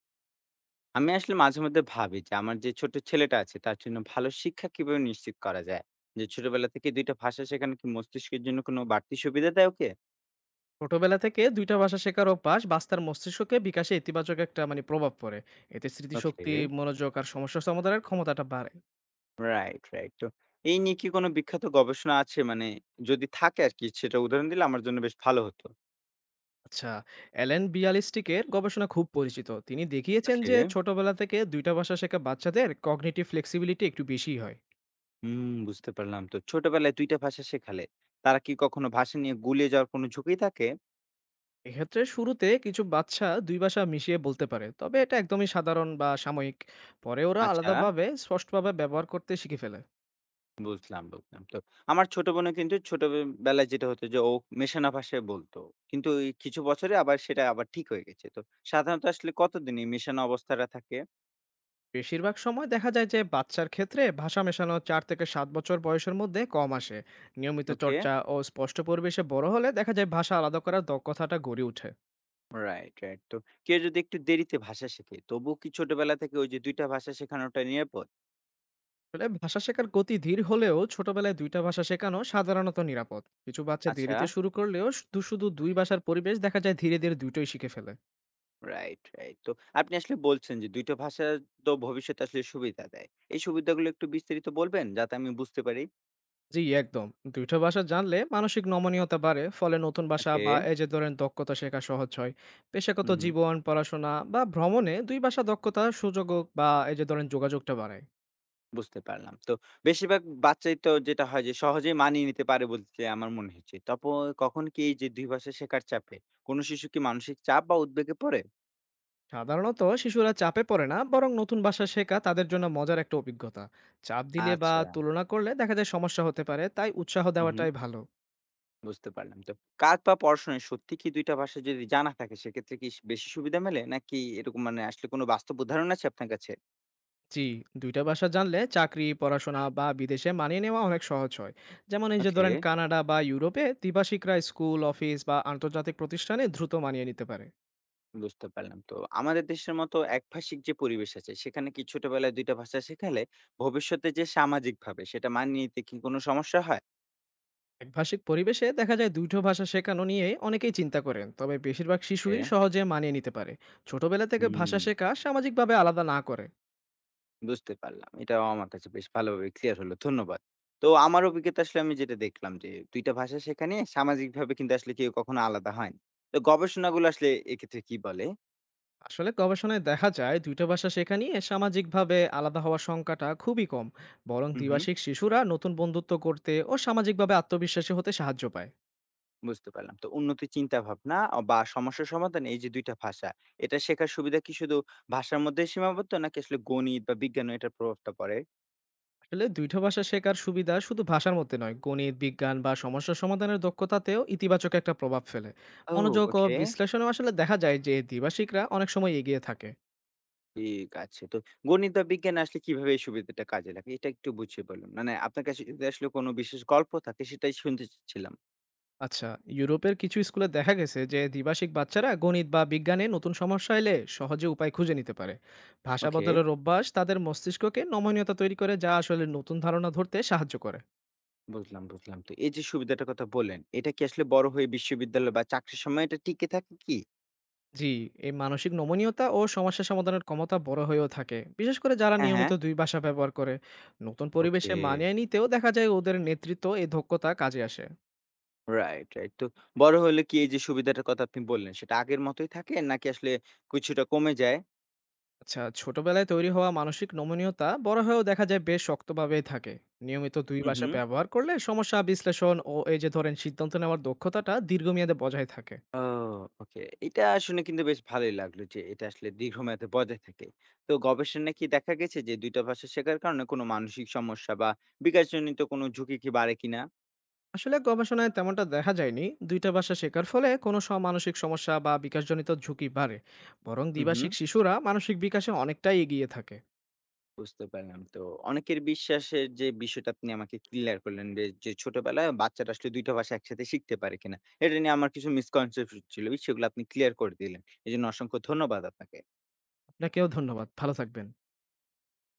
আমি আসলে মাঝে মধ্যে ভাবি যে আমার যে ছোট ছেলেটা আছে তার জন্য ভালো শিক্ষা কিভাবে নিশ্চিত করা যায়, যে ছোটবেলা থেকে দুইটা ভাষা শেখানো কি মস্তিষ্কের জন্য কোনো বাড়তি সুবিধা দেয়? ওকে। ছোটবেলা থেকে ২ টা ভাষা শেখার অভ্যাস তার মস্তিষ্ককে বিকাশে ইতিবাচক একটা প্রভাব পড়ে। এতে স্মৃতিশক্তি, ওকে। মনোযোগ আর সমস্যা সমাধানের ক্ষমতাটা বাড়ে। Right, right. তো এই নিয়ে কি কোনো বিখ্যাত গবেষণা আছে? মানে যদি থাকে আর কি, সেটা উদাহরণ দিলে আমার জন্য বেশ ভালো হতো। আচ্ছা, অ্যালেন বিয়ালিস্টিকের গবেষণা খুব পরিচিত। তিনি দেখিয়েছেন ওকে। যে ছোটবেলা থেকে ২ টা ভাষা শেখা বাচ্চাদের কগনিটিভ ফ্লেক্সিবিলিটি একটু বেশিই হয়। হুম, বুঝতে পারলাম। তো ছোটবেলায় দুইটা ভাষা শেখালে তারা কি কখনো ভাষা নিয়ে গুলিয়ে যাওয়ার কোনো ঝুঁকি থাকে? এক্ষেত্রে শুরুতে কিছু বাচ্চা ২ ভাষা মিশিয়ে বলতে পারে, তবে এটা একদমই সাধারণ বা সাময়িক। পরে ওরা আচ্ছা, আলাদাভাবে স্পষ্টভাবে ব্যবহার করতে শিখে ফেলে। বুঝলাম, বুঝলাম। তো আমার ছোট বোনও কিন্তু ছোটবেলায় যেটা হতো যে ও মেশানো ভাষায় বলতো। কিন্তু এই কিছু বছরে আবার সেটা আবার ঠিক হয়ে গেছে। তো সাধারণত আসলে কতদিন এই মেশানো অবস্থাটা থাকে? বেশিরভাগ সময় দেখা যায় যে বাচ্চার ক্ষেত্রে ভাষা মেশানো ৪ থেকে ৭ বছর বয়সের মধ্যে কম আসে। নিয়মিত ওকে। চর্চা ও স্পষ্ট পরিবেশে বড় হলে দেখা যায় ভাষা আলাদা করার দক্ষতাটা গড়ে ওঠে। Right, right. তো কেউ যদি একটু দেরিতে ভাষা শেখে তবুও কি ছোটবেলা থেকে ওই যে ২ টা ভাষা শেখানোটা নিরাপদ? আসলে ভাষা শেখার গতি ধীর হলেও ছোটবেলায় দুইটা ভাষা শেখানো সাধারণত নিরাপদ। কিছু বাচ্চা আচ্ছা। দেরিতে শুরু করলেও শুধু দুই ভাষার পরিবেশ দেখা যায় ধীরে ধীরে দুটোই শিখে ফেলে। Right, right. তো আপনি আসলে বলছেন যে ২ টা ভাষা তো ভবিষ্যতে আসলে সুবিধা দেয়। এই সুবিধাগুলো একটু বিস্তারিত বলবেন যাতে আমি বুঝতে পারি? জি, একদম। ২ টা ভাষা জানলে মানসিক নমনীয়তা বাড়ে। ফলে নতুন ভাষা ওকে। বা এই যে ধরেন দক্ষতা শেখা সহজ হয়। পেশাগত হু, হু। জীবন, পড়াশোনা বা ভ্রমণে ২ ভাষা দক্ষতার সুযোগও বা এই যে ধরেন যোগাযোগটা বাড়ায়। বুঝতে পারলাম। তো বেশিরভাগ বাচ্চাই তো যেটা হয় যে সহজেই মানিয়ে নিতে পারে বলতে আমার মনে হচ্ছে। তপ কখন কি এই যে ২ ভাষা শেখার চাপে কোন শিশু কি মানসিক চাপ বা উদ্বেগে পড়ে? সাধারণত শিশুরা চাপে পড়ে না, বরং নতুন ভাষা শেখা তাদের জন্য মজার একটা অভিজ্ঞতা। চাপ দিলে বা আচ্ছা। তুলনা করলে দেখা যায় সমস্যা হতে পারে, তাই উৎসাহ হুম, হুম। দেওয়াটাই ভালো। বুঝতে পারলাম। তো কাজ বা পড়াশোনায় সত্যি কি ২ টা ভাষা যদি জানা থাকে সেক্ষেত্রে কি বেশি সুবিধা মেলে? নাকি এরকম মানে আসলে কোন বাস্তব উদাহরণ আছে আপনার কাছে? জি, ২ টা ভাষা জানলে চাকরি, পড়াশোনা বা বিদেশে মানিয়ে নেওয়া অনেক সহজ হয়। যেমন এই যে ওকে, ধরেন কানাডা বা ইউরোপে দ্বিভাষিকরা স্কুল, অফিস বা আন্তর্জাতিক প্রতিষ্ঠানে দ্রুত মানিয়ে নিতে পারে। বুঝতে পারলাম। তো আমাদের দেশের মতো একভাষিক যে পরিবেশ আছে সেখানে কি ছোটবেলায় ২ টা ভাষা শেখালে ভবিষ্যতে যে সামাজিকভাবে সেটা মানিয়ে নিতে কি কোন সমস্যা হয়? একভাষিক পরিবেশে দেখা যায় দুটো ভাষা শেখানো নিয়ে অনেকেই চিন্তা করেন, তবে বেশিরভাগ ওকে। শিশুই সহজে মানিয়ে নিতে পারে। ছোটবেলা থেকে ভাষা হুম, শেখা সামাজিকভাবে আলাদা না করে। বুঝতে পারলাম। এটাও আমার কাছে বেশ ভালোভাবে ক্লিয়ার হলো। ধন্যবাদ। তো আমার অভিজ্ঞতা, আসলে আমি যেটা দেখলাম যে ২ টা ভাষা শেখা নিয়ে সামাজিকভাবে কিন্তু আসলে কেউ কখনো আলাদা হয় না। তো গবেষণাগুলো আসলে এক্ষেত্রে কি বলে? আসলে গবেষণায় দেখা যায় দুটো ভাষা শেখা নিয়ে সামাজিকভাবে আলাদা হওয়ার সংখ্যাটা খুবই কম। বরং হুম, হুম, দ্বিভাষিক শিশুরা নতুন বন্ধুত্ব করতে ও সামাজিকভাবে আত্মবিশ্বাসী হতে সাহায্য পায়। বুঝতে পারলাম। তো উন্নতি চিন্তাভাবনা অ বা সমস্যা সমাধান, এই যে ২ টা ভাষা, এটা শেখার সুবিধা কি শুধু ভাষার মধ্যেই সীমাবদ্ধ নাকি আসলে গণিত বা বিজ্ঞানও এটার প্রভাবটা পড়ে? আসলে দুইটা ভাষা শেখার সুবিধা শুধু ভাষার মধ্যে নয় গণিত বিজ্ঞান বা সমস্যা সমাধানের দক্ষতাতেও ইতিবাচক একটা প্রভাব ফেলে। ও। মনোযোগ ও ওকে। বিশ্লেষণে আসলে দেখা যায় যে দ্বিভাষিকরা অনেক সময় এগিয়ে থাকে। ঠিক আছে। তো গণিত বা বিজ্ঞানে আসলে কিভাবে এই সুবিধাটা কাজে লাগে? এটা একটু বুঝিয়ে বলুন। মানে আপনার কাছে যদি আসলে কোনো বিশেষ গল্প থাকে সেটাই শুনতে চাচ্ছিলাম। আচ্ছা, ইউরোপের কিছু স্কুলে দেখা গেছে যে দ্বিভাষিক বাচ্চারা গণিত বা বিজ্ঞানে নতুন সমস্যা এলে সহজে উপায় খুঁজে নিতে পারে। ভাষা ওকে, বদলের অভ্যাস তাদের মস্তিষ্ককে নমনীয়তা তৈরি করে, যা আসলে নতুন ধারণা ধরতে সাহায্য করে। বুঝলাম, বুঝলাম। তো এই যে সুবিধাটার কথা বললেন, এটা কি আসলে বড় হয়ে বিশ্ববিদ্যালয় বা চাকরির সময় এটা টিকে থাকে কি? জি, এই মানসিক নমনীয়তা ও সমস্যা সমাধানের ক্ষমতা বড় হয়েও থাকে, বিশেষ করে যারা হ্যাঁ, হ্যাঁ। নিয়মিত দুই ভাষা ব্যবহার করে। নতুন ওকে, পরিবেশে মানিয়ে নিতেও দেখা যায় ওদের নেতৃত্ব এই দক্ষতা কাজে আসে। Right, right. তো বড় হলে কি এই যে সুবিধাটার কথা আপনি বললেন, সেটা আগের মতোই থাকে নাকি আসলে কিছুটা কমে যায়? আচ্ছা, ছোটবেলায় তৈরি হওয়া মানসিক নমনীয়তা বড় হয়েও দেখা যায় বেশ শক্তভাবেই থাকে। নিয়মিত দুই হু, ভাষা হু। ব্যবহার করলে সমস্যা বিশ্লেষণ ও এই যে ধরেন সিদ্ধান্ত নেওয়ার দক্ষতাটা দীর্ঘমেয়াদে বজায় থাকে। ও। ওকে। এটা শুনে কিন্তু বেশ ভালোই লাগলো যে এটা আসলে দীর্ঘমেয়াদে বজায় থাকে। তো গবেষণায় কি দেখা গেছে যে ২ টা ভাষা শেখার কারণে কোনো মানসিক সমস্যা বা বিকাশজনিত কোনো ঝুঁকি কি বাড়ে কিনা? আসলে গবেষণায় তেমনটা দেখা যায়নি। দুইটা ভাষা শেখার ফলে কোনো মানসিক সমস্যা বা বিকাশজনিত ঝুঁকি বাড়ে। বরং হুম, হুম। দ্বিভাষিক শিশুরা মানসিক বিকাশে অনেকটাই এগিয়ে থাকে। বুঝতে পারলাম। তো অনেকের বিশ্বাসের যে বিষয়টা আপনি আমাকে ক্লিয়ার করলেন, যে, যে ছোটবেলায় বাচ্চারা আসলে ২ টা ভাষা একসাথে শিখতে পারে কিনা। এটা নিয়ে আমার কিছু মিসকনসেপশন ছিল, সেগুলো আপনি ক্লিয়ার করে দিলেন। এজন্য অসংখ্য ধন্যবাদ আপনাকে। আপনাকেও ধন্যবাদ, ভালো থাকবেন।